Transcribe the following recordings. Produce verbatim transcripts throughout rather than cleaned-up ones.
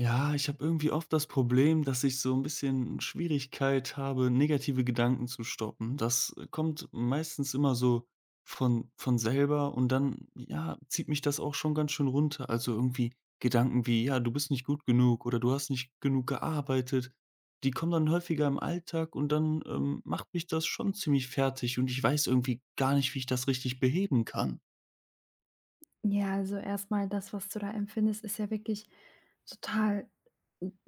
Ja, ich habe irgendwie oft das Problem, dass ich so ein bisschen Schwierigkeit habe, negative Gedanken zu stoppen. Das äh, kommt meistens immer so von von selber und dann, ja, zieht mich das auch schon ganz schön runter. Also, irgendwie Gedanken wie: „Ja, du bist nicht gut genug“ oder „Du hast nicht genug gearbeitet“, die kommen dann häufiger im Alltag und dann, ähm, macht mich das schon ziemlich fertig und ich weiß irgendwie gar nicht, wie ich das richtig beheben kann. Ja, also erstmal das, was du da empfindest, ist ja wirklich total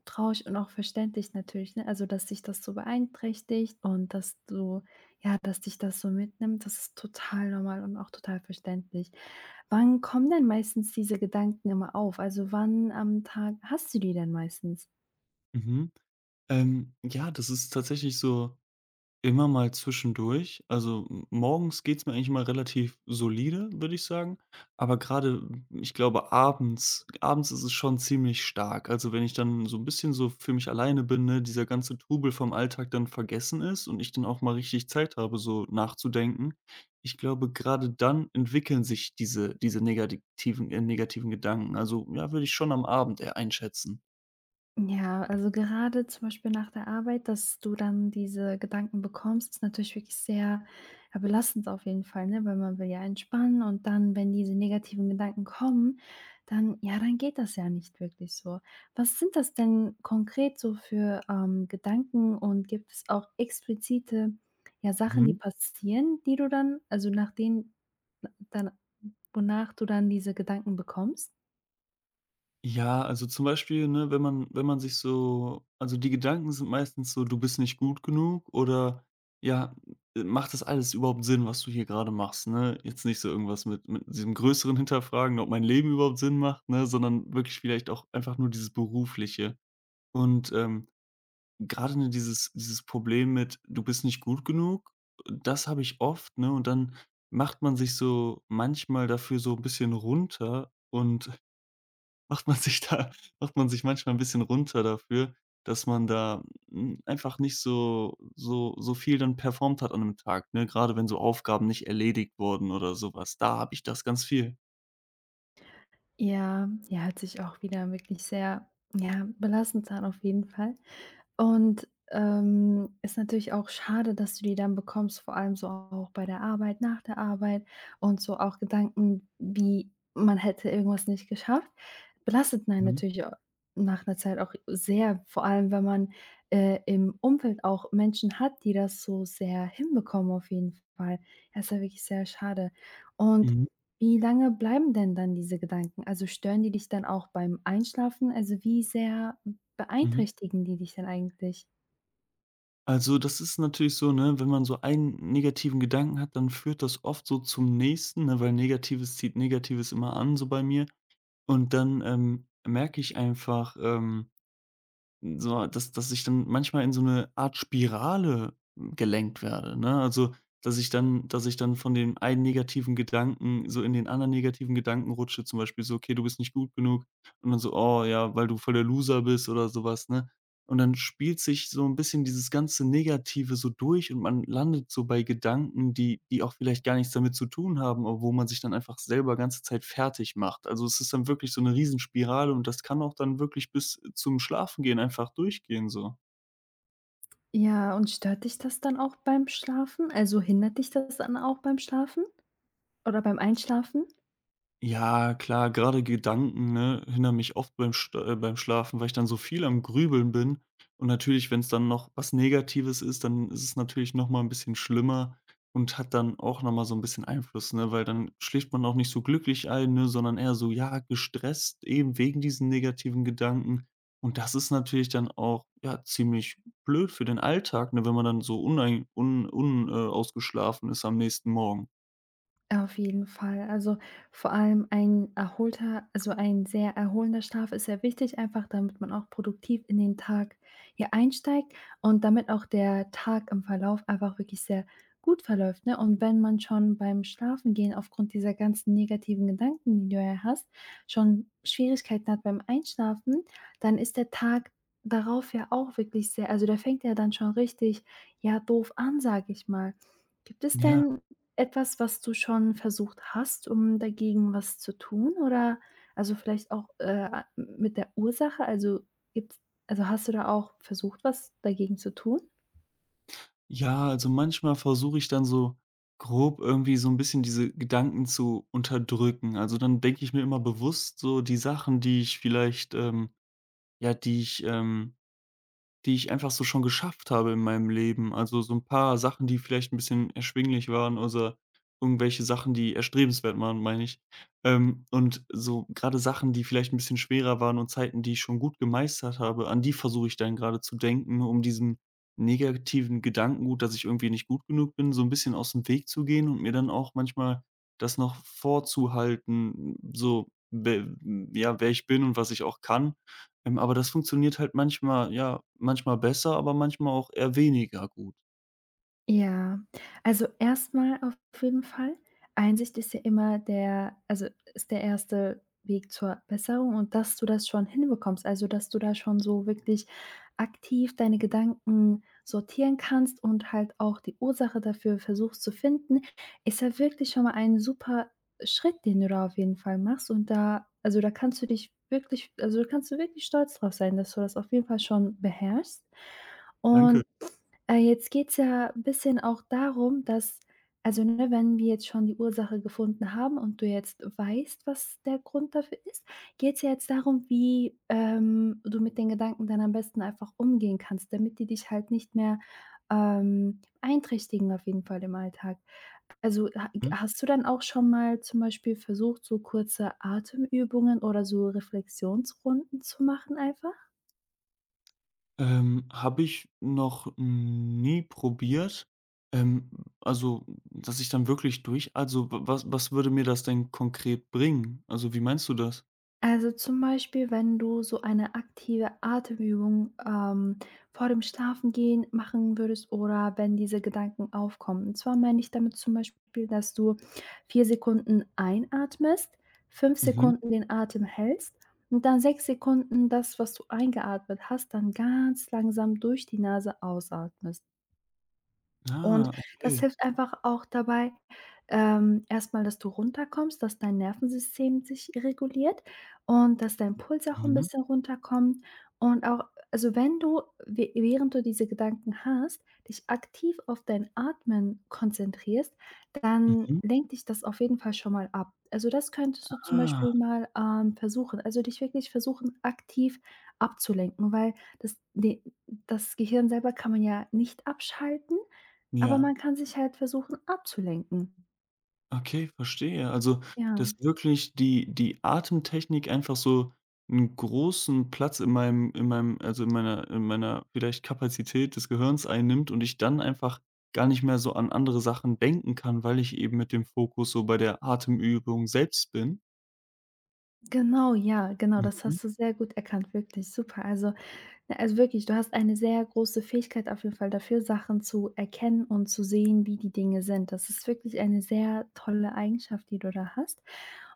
traurig und auch verständlich natürlich, ne? Also, dass dich das so beeinträchtigt und dass du ja, dass dich das so mitnimmt, das ist total normal und auch total verständlich. Wann kommen denn meistens diese Gedanken immer auf? Also, wann am Tag hast du die denn meistens? Mhm. Ähm, ja, das ist tatsächlich so immer mal zwischendurch. Also, m morgens geht's mir eigentlich mal relativ solide, würde ich sagen. Aber gerade, ich glaube, abends abends ist es schon ziemlich stark. Also, wenn ich dann so ein bisschen so für mich alleine bin, ne, dieser ganze Trubel vom Alltag dann vergessen ist und ich dann auch mal richtig Zeit habe, so nachzudenken. Ich glaube, gerade dann entwickeln sich diese diese negativen äh, negativen Gedanken. Also, ja, würde ich schon am Abend eher einschätzen. Ja, also gerade zum Beispiel nach der Arbeit, dass du dann diese Gedanken bekommst, ist natürlich wirklich sehr, ja, belastend auf jeden Fall, ne? Weil man will ja entspannen, und dann, wenn diese negativen Gedanken kommen, dann ja, dann geht das ja nicht wirklich so. Was sind das denn konkret so für, ähm, Gedanken, und gibt es auch explizite, ja, Sachen, die Mhm. passieren, die du dann also nach denen dann wonach du dann diese Gedanken bekommst? Ja, also zum Beispiel, ne, wenn man wenn man sich so, also die Gedanken sind meistens so: „Du bist nicht gut genug“ oder ja, äh, „Macht das alles überhaupt Sinn, was du hier gerade machst“, ne? Jetzt nicht so irgendwas mit mit diesem größeren Hinterfragen, ob mein Leben überhaupt Sinn macht, ne, sondern wirklich vielleicht auch einfach nur dieses Berufliche. Und, ähm, grade, ne, dieses dieses Problem mit: „Du bist nicht gut genug“, das habe ich oft, ne? Und dann macht man sich so manchmal dafür so ein bisschen runter und macht man sich da macht man sich manchmal ein bisschen runter dafür, dass man da, hm, einfach nicht so so so viel dann performt hat an 'nem Tag, ne? Gerade wenn so Aufgaben nicht erledigt wurden oder sowas, da habe ich das ganz viel. Ja, ja, hört sich auch wieder wirklich sehr, ja, belastend an auf jeden Fall. Und, ähm, ist natürlich auch schade, dass du die dann bekommst, vor allem so auch bei der Arbeit, nach der Arbeit und so auch Gedanken, wie man hätte irgendwas nicht geschafft, belastet einen Mhm, natürlich au nach einer Zeit auch sehr, vor allem wenn man, äh, im Umfeld auch Menschen hat, die das so sehr hinbekommen auf jeden Fall. Das ist ja wirklich sehr schade. Und mhm, wie lange bleiben denn dann diese Gedanken? Also, stören die dich dann auch beim Einschlafen? Also, wie sehr mhm. beeinträchtigen die dich denn eigentlich? Also, das ist natürlich so, ne, wenn man so einen negativen Gedanken hat, dann führt das oft so zum nächsten, ne, weil Negatives zieht Negatives immer an, so bei mir. Und dann, ähm, merke ich einfach, ähm so, dass dass ich dann manchmal in so eine Art Spirale hm, gelenkt werde, ne? Also, dass ich dann dass ich dann von dem einen negativen Gedanken so in den anderen negativen Gedanken rutsche, zum Beispiel so: „Okay, du bist nicht gut genug.“ Und dann so: „Oh ja, weil du voll der Loser bist“ oder sowas, ne? Und dann spielt sich so ein bisschen dieses ganze Negative so durch und man landet so bei Gedanken, die die auch vielleicht gar nichts damit zu tun haben, aber wo man sich dann einfach selber ganze Zeit fertig macht. Also, es ist dann wirklich so eine Riesenspirale und das kann auch dann wirklich bis zum Schlafengehen einfach durchgehen so. Ja, und stört dich das dann auch beim Schlafen? Also, hindert dich das dann auch beim Schlafen oder beim Einschlafen? Ja, klar, gerade Gedanken, ne, hindern mich oft beim Sch äh, beim Schlafen, weil ich dann so viel am Grübeln bin. Und natürlich, wenn es dann noch was Negatives ist, dann ist es natürlich noch mal 'n bisschen schlimmer und hat dann auch noch mal so ein bisschen Einfluss, ne, weil dann schläft man auch nicht so glücklich ein, ne, sondern eher so, ja, gestresst eben wegen diesen negativen Gedanken. Und das ist natürlich dann auch, ja, ziemlich blöd für den Alltag, ne, wenn man dann so unein un un äh, ausgeschlafen ist am nächsten Morgen. Auf jeden Fall. Also, vor allem ein erholter also, ein sehr erholender Schlaf ist sehr wichtig, einfach damit man auch produktiv in den Tag hier einsteigt und damit auch der Tag im Verlauf einfach wirklich sehr gut verläuft, ne? Und wenn man schon beim Schlafen gehen aufgrund dieser ganzen negativen Gedanken, die du ja hast, schon Schwierigkeiten hat beim Einschlafen, dann ist der Tag darauf ja auch wirklich sehr also, der fängt ja dann schon richtig, ja, doof an, sage ich mal. Gibt es Ja. denn etwas, was du schon versucht hast, um dagegen was zu tun, oder also, vielleicht auch, äh, mit der Ursache? Also, gibt's also, hast du da auch versucht, was dagegen zu tun? Ja, also manchmal versuche ich dann so grob irgendwie so ein bisschen diese Gedanken zu unterdrücken. Also, dann denke ich mir immer bewusst so die Sachen, die ich vielleicht, ähm ja, die ich, ähm die ich einfach so schon geschafft habe in meinem Leben. Also, so ein paar Sachen, die vielleicht ein bisschen erschwinglich waren oder irgendwelche Sachen, die erstrebenswert waren, meine ich. Ähm, und so gerade Sachen, die vielleicht ein bisschen schwerer waren und Zeiten, die ich schon gut gemeistert habe, an die versuche ich dann gerade zu denken, um diesen negativen Gedankengut, dass ich irgendwie nicht gut genug bin, so ein bisschen aus dem Weg zu gehen und mir dann auch manchmal das noch vorzuhalten, so, we ja, wer ich bin und was ich auch kann. Ähm, aber das funktioniert halt manchmal ja, manchmal besser, aber manchmal auch eher weniger gut. Ja, also erstmal auf jeden Fall. Einsicht ist ja immer der also ist der erste Weg zur Besserung, und dass du das schon hinbekommst, also dass du da schon so wirklich aktiv deine Gedanken sortieren kannst und halt auch die Ursache dafür versuchst zu finden, ist ja wirklich schon mal ein super Schritt, den du da auf jeden Fall machst, und da also da kannst du dich wirklich also da kannst du wirklich stolz drauf sein, dass du das auf jeden Fall schon beherrschst. Danke. Und äh, jetzt geht's ja 'n bisschen auch darum, dass also, ne, wenn wir jetzt schon die Ursache gefunden haben und du jetzt weißt, was der Grund dafür ist, geht's ja jetzt darum, wie, ähm, du mit den Gedanken dann am besten einfach umgehen kannst, damit die dich halt nicht mehr, ähm, beeinträchtigen auf jeden Fall im Alltag. Also, ha Mhm. hast du dann auch schon mal zum Beispiel versucht, so kurze Atemübungen oder so Reflexionsrunden zu machen einfach? Ähm, habe ich noch nie probiert. Ähm, also, dass ich dann wirklich durch also, wa was was würde mir das denn konkret bringen? Also, wie meinst du das? Also, zum Beispiel, wenn du so eine aktive Atemübung, ähm, vor dem Schlafengehen machen würdest oder wenn diese Gedanken aufkommen. Und zwar meine ich damit zum Beispiel, dass du vier Sekunden einatmest, fünf Mhm. Sekunden den Atem hältst und dann sechs Sekunden das, was du eingeatmet hast, dann ganz langsam durch die Nase ausatmest. Und Ah, das okay. hilft einfach auch dabei, ähm, erst dass du runterkommst, dass dein Nervensystem sich reguliert und dass dein Puls auch ein Mhm. bisschen runterkommt, und auch also, wenn du wäh während du diese Gedanken hast, dich aktiv auf dein Atmen konzentrierst, dann Mhm. lenkt dich das auf jeden Fall schon mal ab. Also, das könntest du zum Ah, Beispiel mal, ähm, versuchen also, dich wirklich versuchen, aktiv abzulenken, weil das de das Gehirn selber kann man ja nicht abschalten, aber ja. man kann sich halt versuchen abzulenken. Okay, verstehe. Also, Ja, dass wirklich die die Atemtechnik einfach so einen großen Platz in meinem in meinem also, in meiner in meiner vielleicht Kapazität des Gehirns einnimmt und ich dann einfach gar nicht mehr so an andere Sachen denken kann, weil ich eben mit dem Fokus so bei der Atemübung selbst bin. genau, ja, genau, das Mhm, hast du sehr gut erkannt, wirklich super. Also, ja, also wirklich, du hast eine sehr große Fähigkeit auf jeden Fall dafür, Sachen zu erkennen und zu sehen, wie die Dinge sind. Das ist wirklich eine sehr tolle Eigenschaft, die du da hast.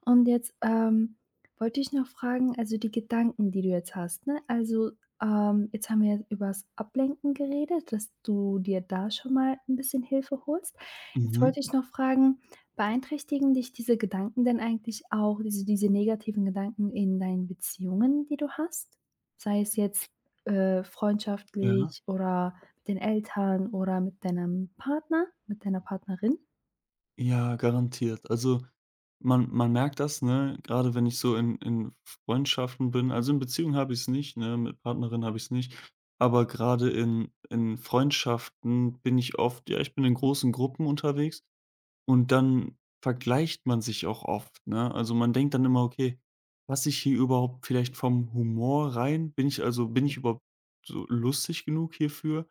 Und jetzt, ähm, wollte ich noch fragen, also die Gedanken, die du jetzt hast, ne? Also, ähm, jetzt haben wir über das Ablenken geredet, dass du dir da schon mal ein bisschen Hilfe holst. Jetzt mhm, wollte ich noch fragen, beeinträchtigen dich diese Gedanken denn eigentlich auch, diese diese negativen Gedanken in deinen Beziehungen, die du hast? Sei es jetzt äh, ja. freundschaftlich, oder mit den Eltern, oder mit deinem Partner, mit deiner Partnerin? Ja, garantiert. Also, man man merkt das, ne, gerade wenn ich so in in Freundschaften bin. Also, in Beziehungen habe ich es nicht, ne, mit Partnerin habe ich es nicht, aber gerade in in Freundschaften bin ich oft, ja, ich bin in großen Gruppen unterwegs und dann vergleicht man sich auch oft, ne? Also, man denkt dann immer: „Okay, passe ich hier überhaupt vielleicht vom Humor rein? Bin ich also bin ich überhaupt so lustig genug hierfür?“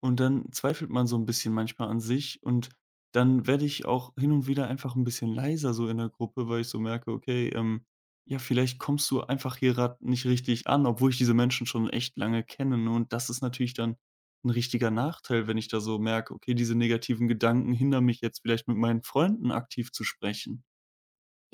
Und dann zweifelt man so ein bisschen manchmal an sich und dann werde ich auch hin und wieder einfach ein bisschen leiser so in der Gruppe, weil ich so merke: „Okay, ähm, ja, vielleicht kommst du einfach hier grad nicht richtig an“, obwohl ich diese Menschen schon echt lange kenne, ne? Und das ist natürlich dann ein richtiger Nachteil, wenn ich da so merke: „Okay, diese negativen Gedanken hindern mich jetzt vielleicht, mit meinen Freunden aktiv zu sprechen.“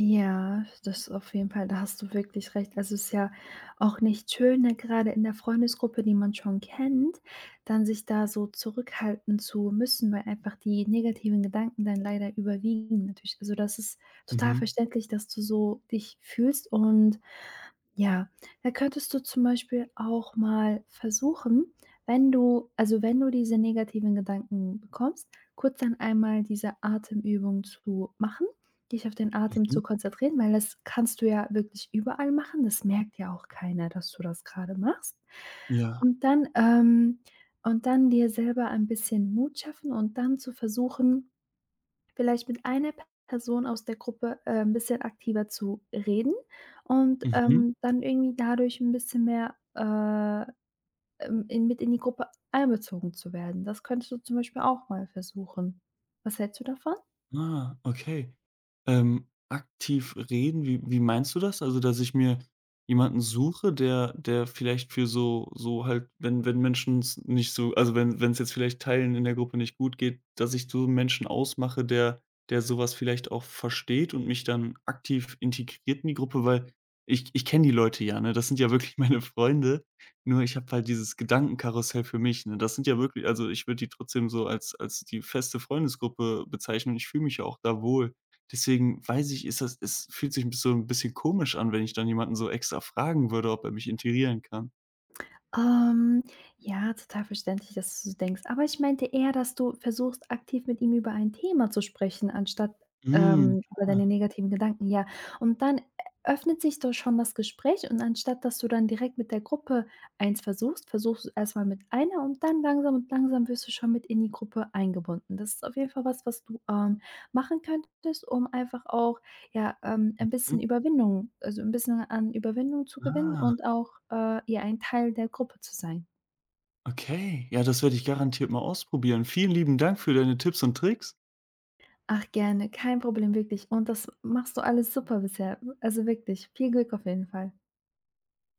Ja, das auf jeden Fall, da hast du wirklich recht. Also, es ist ja auch nicht schön, ne, gerade in der Freundesgruppe, die man schon kennt, dann sich da so zurückhalten zu müssen, weil einfach die negativen Gedanken dann leider überwiegen natürlich. Also, das ist total Mhm, verständlich, dass du so dich fühlst, und ja, da könntest du zum Beispiel auch mal versuchen, wenn du also, wenn du diese negativen Gedanken bekommst, kurz dann einmal diese Atemübung zu machen, dich auf den Atem mhm, zu konzentrieren, weil das kannst du ja wirklich überall machen. Das merkt ja auch keiner, dass du das gerade machst. ja, Und dann ähm, und dann dir selber ein bisschen Mut schaffen und dann zu versuchen, vielleicht mit einer Person aus der Gruppe, äh, 'n bisschen aktiver zu reden, und, mhm. ähm, dann irgendwie dadurch ein bisschen mehr, äh, ähm, in mit in die Gruppe einbezogen zu werden. Das könntest du zum Beispiel auch mal versuchen. Was hältst du davon? Ah, okay. Ähm, aktiv reden, wie wie meinst du das? Also, dass ich mir jemanden suche, der der vielleicht für so so halt, wenn wenn Menschen's nicht so, also, wenn wenn es jetzt vielleicht Teilen in der Gruppe nicht gut geht, dass ich so 'n Menschen ausmache, der der sowas vielleicht auch versteht und mich dann aktiv integriert in die Gruppe, weil ich ich kenne die Leute ja, ne? Das sind ja wirklich meine Freunde. Nur ich habe halt dieses Gedankenkarussell für mich, ne? Das sind ja wirklich, also, ich würde die trotzdem so als als die feste Freundesgruppe bezeichnen. Und ich fühle mich ja auch da wohl. Deswegen weiß ich, ist das es fühlt sich so 'n bisschen komisch an, wenn ich dann jemanden so extra fragen würde, ob er mich integrieren kann. Ähm, ja, total verständlich, dass du so denkst. Aber ich meinte eher, dass du versuchst, aktiv mit ihm über ein Thema zu sprechen, anstatt, Mhm, ähm, über ah, deine negativen Gedanken, ja. Und dann öffnet sich doch schon das Gespräch, und anstatt, dass du dann direkt mit der Gruppe eins versuchst, versuchst du erst mal mit einer, und dann langsam und langsam wirst du schon mit in die Gruppe eingebunden. Das ist auf jeden Fall was, was du, ähm, machen könntest, um einfach auch ja, ähm, ein mhm, bisschen Überwindung also, ein bisschen an Überwindung zu gewinnen ah, und auch, äh, ja, ein Teil der Gruppe zu sein. okay. Ja, das werde ich garantiert mal ausprobieren. Vielen lieben Dank für deine Tipps und Tricks. Ach, gerne, kein Problem, wirklich. Und das machst du alles super bisher. Also, wirklich, viel Glück auf jeden Fall.